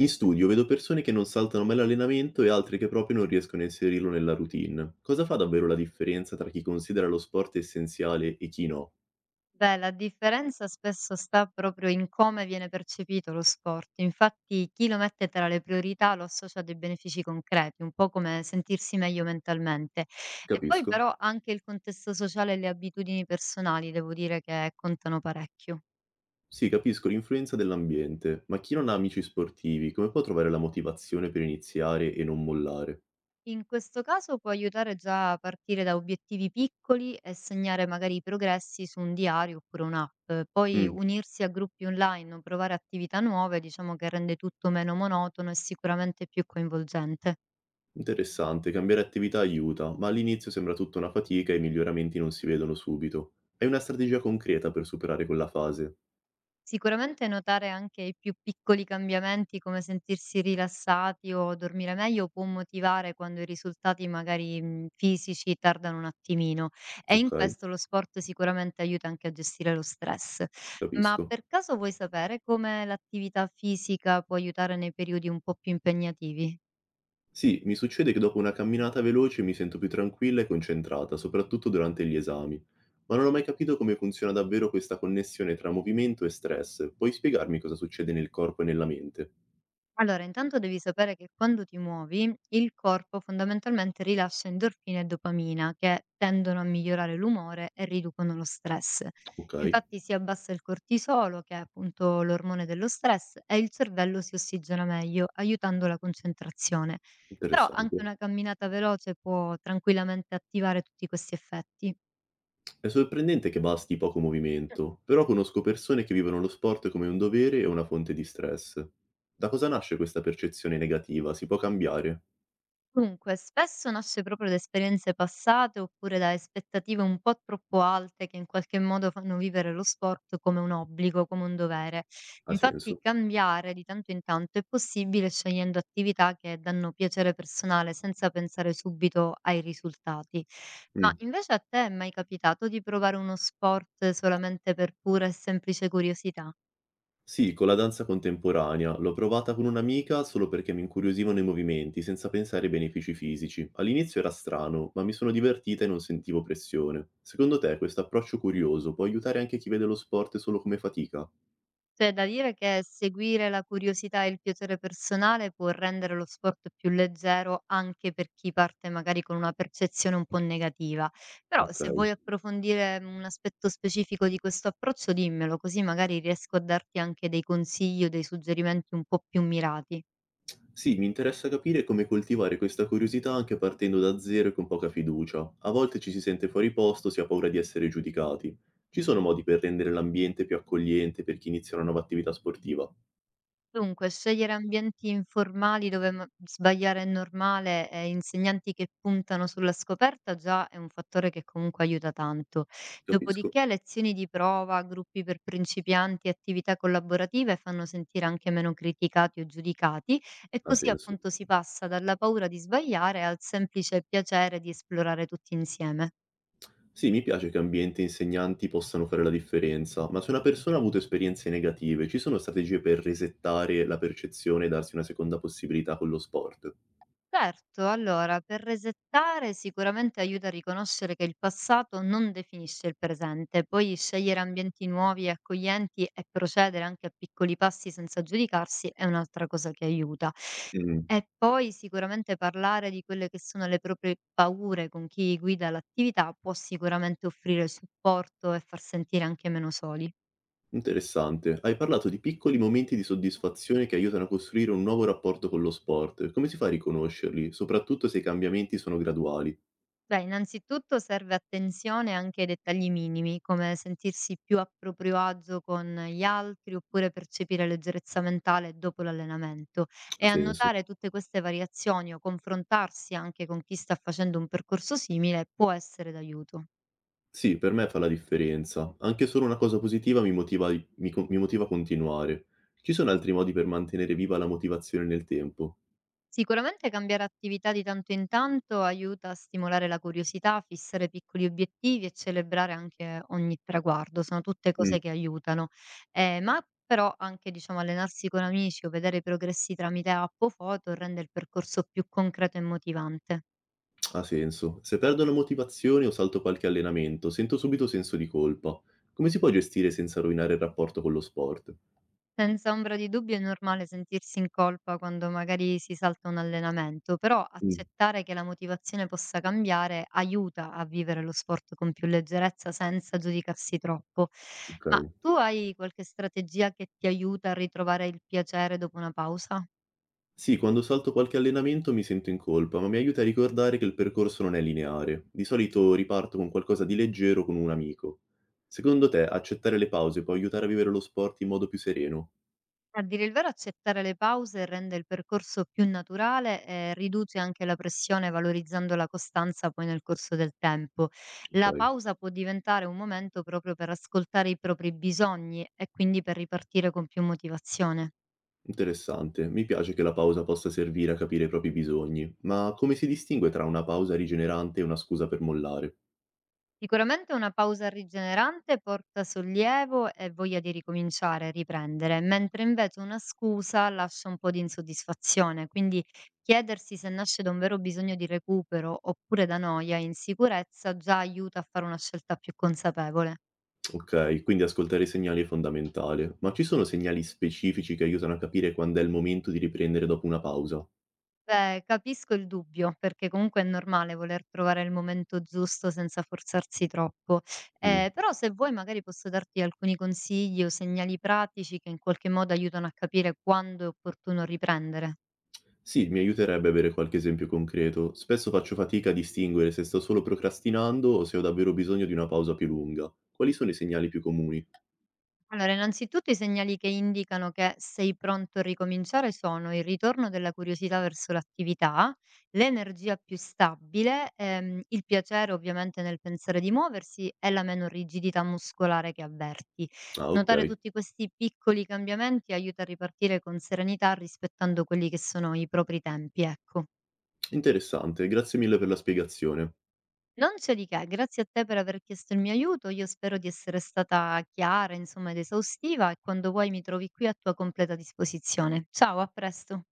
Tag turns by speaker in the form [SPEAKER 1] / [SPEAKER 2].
[SPEAKER 1] In studio vedo persone che non saltano mai l'allenamento e altre che proprio non riescono a inserirlo nella routine. Cosa fa davvero la differenza tra chi considera lo sport essenziale e chi no?
[SPEAKER 2] Beh, la differenza spesso sta proprio in come viene percepito lo sport. Infatti, chi lo mette tra le priorità lo associa a dei benefici concreti, un po' come sentirsi meglio mentalmente. E poi
[SPEAKER 1] Capisco.
[SPEAKER 2] però anche il contesto sociale e le abitudini personali, devo dire che contano parecchio.
[SPEAKER 1] Sì, capisco l'influenza dell'ambiente, ma chi non ha amici sportivi, come può trovare la motivazione per iniziare e non mollare?
[SPEAKER 2] In questo caso può aiutare già a partire da obiettivi piccoli e segnare magari i progressi su un diario oppure un'app, poi
[SPEAKER 1] Mm,
[SPEAKER 2] unirsi a gruppi online o provare attività nuove, diciamo che rende tutto meno monotono e sicuramente più coinvolgente.
[SPEAKER 1] interessante, cambiare attività aiuta, ma all'inizio sembra tutta una fatica e i miglioramenti non si vedono subito. Hai una strategia concreta per superare quella fase?
[SPEAKER 2] Sicuramente notare anche i più piccoli cambiamenti come sentirsi rilassati o dormire meglio può motivare quando i risultati magari fisici tardano un attimino e in
[SPEAKER 1] Ok,
[SPEAKER 2] questo lo sport sicuramente aiuta anche a gestire lo stress. Ma
[SPEAKER 1] capisco.
[SPEAKER 2] per caso vuoi sapere come l'attività fisica può aiutare nei periodi un po' più impegnativi?
[SPEAKER 1] Sì, mi succede che dopo una camminata veloce mi sento più tranquilla e concentrata, soprattutto durante gli esami. Ma non ho mai capito come funziona davvero questa connessione tra movimento e stress. Puoi spiegarmi cosa succede nel corpo e nella mente?
[SPEAKER 2] Allora, intanto devi sapere che quando ti muovi, il corpo fondamentalmente rilascia endorfine e dopamina che tendono a migliorare l'umore e riducono lo stress.
[SPEAKER 1] Ok,
[SPEAKER 2] Infatti si abbassa il cortisolo, che è appunto l'ormone dello stress, e il cervello si ossigena meglio, aiutando la concentrazione. Però anche
[SPEAKER 1] interessante.
[SPEAKER 2] una camminata veloce può tranquillamente attivare tutti questi effetti.
[SPEAKER 1] È sorprendente che basti poco movimento, però conosco persone che vivono lo sport come un dovere e una fonte di stress. Da cosa nasce questa percezione negativa? Si può cambiare?
[SPEAKER 2] Dunque, spesso nasce proprio da esperienze passate oppure da aspettative un po' troppo alte che in qualche modo fanno vivere lo sport come un obbligo, come un dovere.
[SPEAKER 1] Ha
[SPEAKER 2] Infatti,
[SPEAKER 1] senso?
[SPEAKER 2] cambiare di tanto in tanto è possibile scegliendo attività che danno piacere personale senza pensare subito ai risultati. Ma
[SPEAKER 1] Mm.
[SPEAKER 2] invece a te è mai capitato di provare uno sport solamente per pura e semplice curiosità?
[SPEAKER 1] Sì, con la danza contemporanea. L'ho provata con un'amica solo perché mi incuriosivano i movimenti, senza pensare ai benefici fisici. All'inizio era strano, ma mi sono divertita e non sentivo pressione. Secondo te questo approccio curioso può aiutare anche chi vede lo sport solo come fatica?
[SPEAKER 2] C'è da dire che seguire la curiosità e il piacere personale può rendere lo sport più leggero anche per chi parte magari con una percezione un po' negativa. Però
[SPEAKER 1] Ok.
[SPEAKER 2] se vuoi approfondire un aspetto specifico di questo approccio, dimmelo, così magari riesco a darti anche dei consigli o dei suggerimenti un po' più mirati.
[SPEAKER 1] Sì, mi interessa capire come coltivare questa curiosità anche partendo da zero e con poca fiducia. A volte ci si sente fuori posto, si ha paura di essere giudicati. Ci sono modi per rendere l'ambiente più accogliente per chi inizia una nuova attività sportiva?
[SPEAKER 2] Dunque, scegliere ambienti informali dove sbagliare è normale e insegnanti che puntano sulla scoperta già è un fattore che comunque aiuta tanto.
[SPEAKER 1] Capisco,
[SPEAKER 2] Dopodiché, lezioni di prova, gruppi per principianti, attività collaborative fanno sentire anche meno criticati o giudicati e
[SPEAKER 1] ha
[SPEAKER 2] così
[SPEAKER 1] senso.
[SPEAKER 2] appunto si passa dalla paura di sbagliare al semplice piacere di esplorare tutti insieme.
[SPEAKER 1] Sì, mi piace che ambiente e insegnanti possano fare la differenza, ma se una persona ha avuto esperienze negative, ci sono strategie per resettare la percezione e darsi una seconda possibilità con lo sport?
[SPEAKER 2] Certo, allora per resettare sicuramente aiuta a riconoscere che il passato non definisce il presente, poi scegliere ambienti nuovi e accoglienti e procedere anche a piccoli passi senza giudicarsi è un'altra cosa che aiuta.
[SPEAKER 1] Mm,
[SPEAKER 2] E poi sicuramente parlare di quelle che sono le proprie paure con chi guida l'attività può sicuramente offrire supporto e far sentire anche meno soli.
[SPEAKER 1] interessante. Hai parlato di piccoli momenti di soddisfazione che aiutano a costruire un nuovo rapporto con lo sport. Come si fa a riconoscerli, soprattutto se i cambiamenti sono graduali?
[SPEAKER 2] Beh, innanzitutto serve attenzione anche ai dettagli minimi, come sentirsi più a proprio agio con gli altri oppure percepire leggerezza mentale dopo l'allenamento
[SPEAKER 1] Ha
[SPEAKER 2] e
[SPEAKER 1] senso.
[SPEAKER 2] annotare tutte queste variazioni o confrontarsi anche con chi sta facendo un percorso simile può essere d'aiuto.
[SPEAKER 1] Sì, per me fa la differenza. Anche solo una cosa positiva mi motiva, mi motiva a continuare. Ci sono altri modi per mantenere viva la motivazione nel tempo?
[SPEAKER 2] Sicuramente cambiare attività di tanto in tanto aiuta a stimolare la curiosità, fissare piccoli obiettivi e celebrare anche ogni traguardo, sono tutte
[SPEAKER 1] Mm.
[SPEAKER 2] cose che aiutano. Ma però anche diciamo, allenarsi con amici o vedere i progressi tramite app o foto rende il percorso più concreto e motivante.
[SPEAKER 1] Ha senso. Se perdo la motivazione o salto qualche allenamento, sento subito senso di colpa. Come si può gestire senza rovinare il rapporto con lo sport?
[SPEAKER 2] Senza ombra di dubbio è normale sentirsi in colpa quando magari si salta un allenamento, però
[SPEAKER 1] Mh,
[SPEAKER 2] accettare che la motivazione possa cambiare aiuta a vivere lo sport con più leggerezza senza giudicarsi troppo. Ma
[SPEAKER 1] okay.
[SPEAKER 2] tu hai qualche strategia che ti aiuta a ritrovare il piacere dopo una pausa?
[SPEAKER 1] Sì, quando salto qualche allenamento mi sento in colpa, ma mi aiuta a ricordare che il percorso non è lineare. Di solito riparto con qualcosa di leggero con un amico. Secondo te, accettare le pause può aiutare a vivere lo sport in modo più sereno?
[SPEAKER 2] A dire il vero, accettare le pause rende il percorso più naturale e riduce anche la pressione, valorizzando la costanza poi nel corso del tempo. La
[SPEAKER 1] Okay,
[SPEAKER 2] pausa può diventare un momento proprio per ascoltare i propri bisogni e quindi per ripartire con più motivazione.
[SPEAKER 1] interessante. Mi piace che la pausa possa servire a capire i propri bisogni, ma come si distingue tra una pausa rigenerante e una scusa per mollare?
[SPEAKER 2] Sicuramente una pausa rigenerante porta sollievo e voglia di ricominciare, riprendere, mentre invece una scusa lascia un po' di insoddisfazione, quindi chiedersi se nasce da un vero bisogno di recupero oppure da noia e insicurezza già aiuta a fare una scelta più consapevole.
[SPEAKER 1] Okay, quindi ascoltare i segnali è fondamentale. Ma ci sono segnali specifici che aiutano a capire quando è il momento di riprendere dopo una pausa?
[SPEAKER 2] Beh, capisco il dubbio, perché comunque è normale voler trovare il momento giusto senza forzarsi troppo.
[SPEAKER 1] Mh.
[SPEAKER 2] Però se vuoi magari posso darti alcuni consigli o segnali pratici che in qualche modo aiutano a capire quando è opportuno riprendere.
[SPEAKER 1] Sì, mi aiuterebbe avere qualche esempio concreto. Spesso faccio fatica a distinguere se sto solo procrastinando o se ho davvero bisogno di una pausa più lunga. Quali sono i segnali più comuni?
[SPEAKER 2] Allora, innanzitutto i segnali che indicano che sei pronto a ricominciare sono il ritorno della curiosità verso l'attività, l'energia più stabile, il piacere ovviamente nel pensare di muoversi e la meno rigidità muscolare che avverti.
[SPEAKER 1] Ah,
[SPEAKER 2] Notare
[SPEAKER 1] okay.
[SPEAKER 2] tutti questi piccoli cambiamenti aiuta a ripartire con serenità rispettando quelli che sono i propri tempi, ecco.
[SPEAKER 1] Interessante, grazie mille per la spiegazione.
[SPEAKER 2] Non c'è di che, grazie a te per aver chiesto il mio aiuto. Io spero di essere stata chiara, insomma, ed esaustiva e quando vuoi mi trovi qui a tua completa disposizione. Ciao, a presto.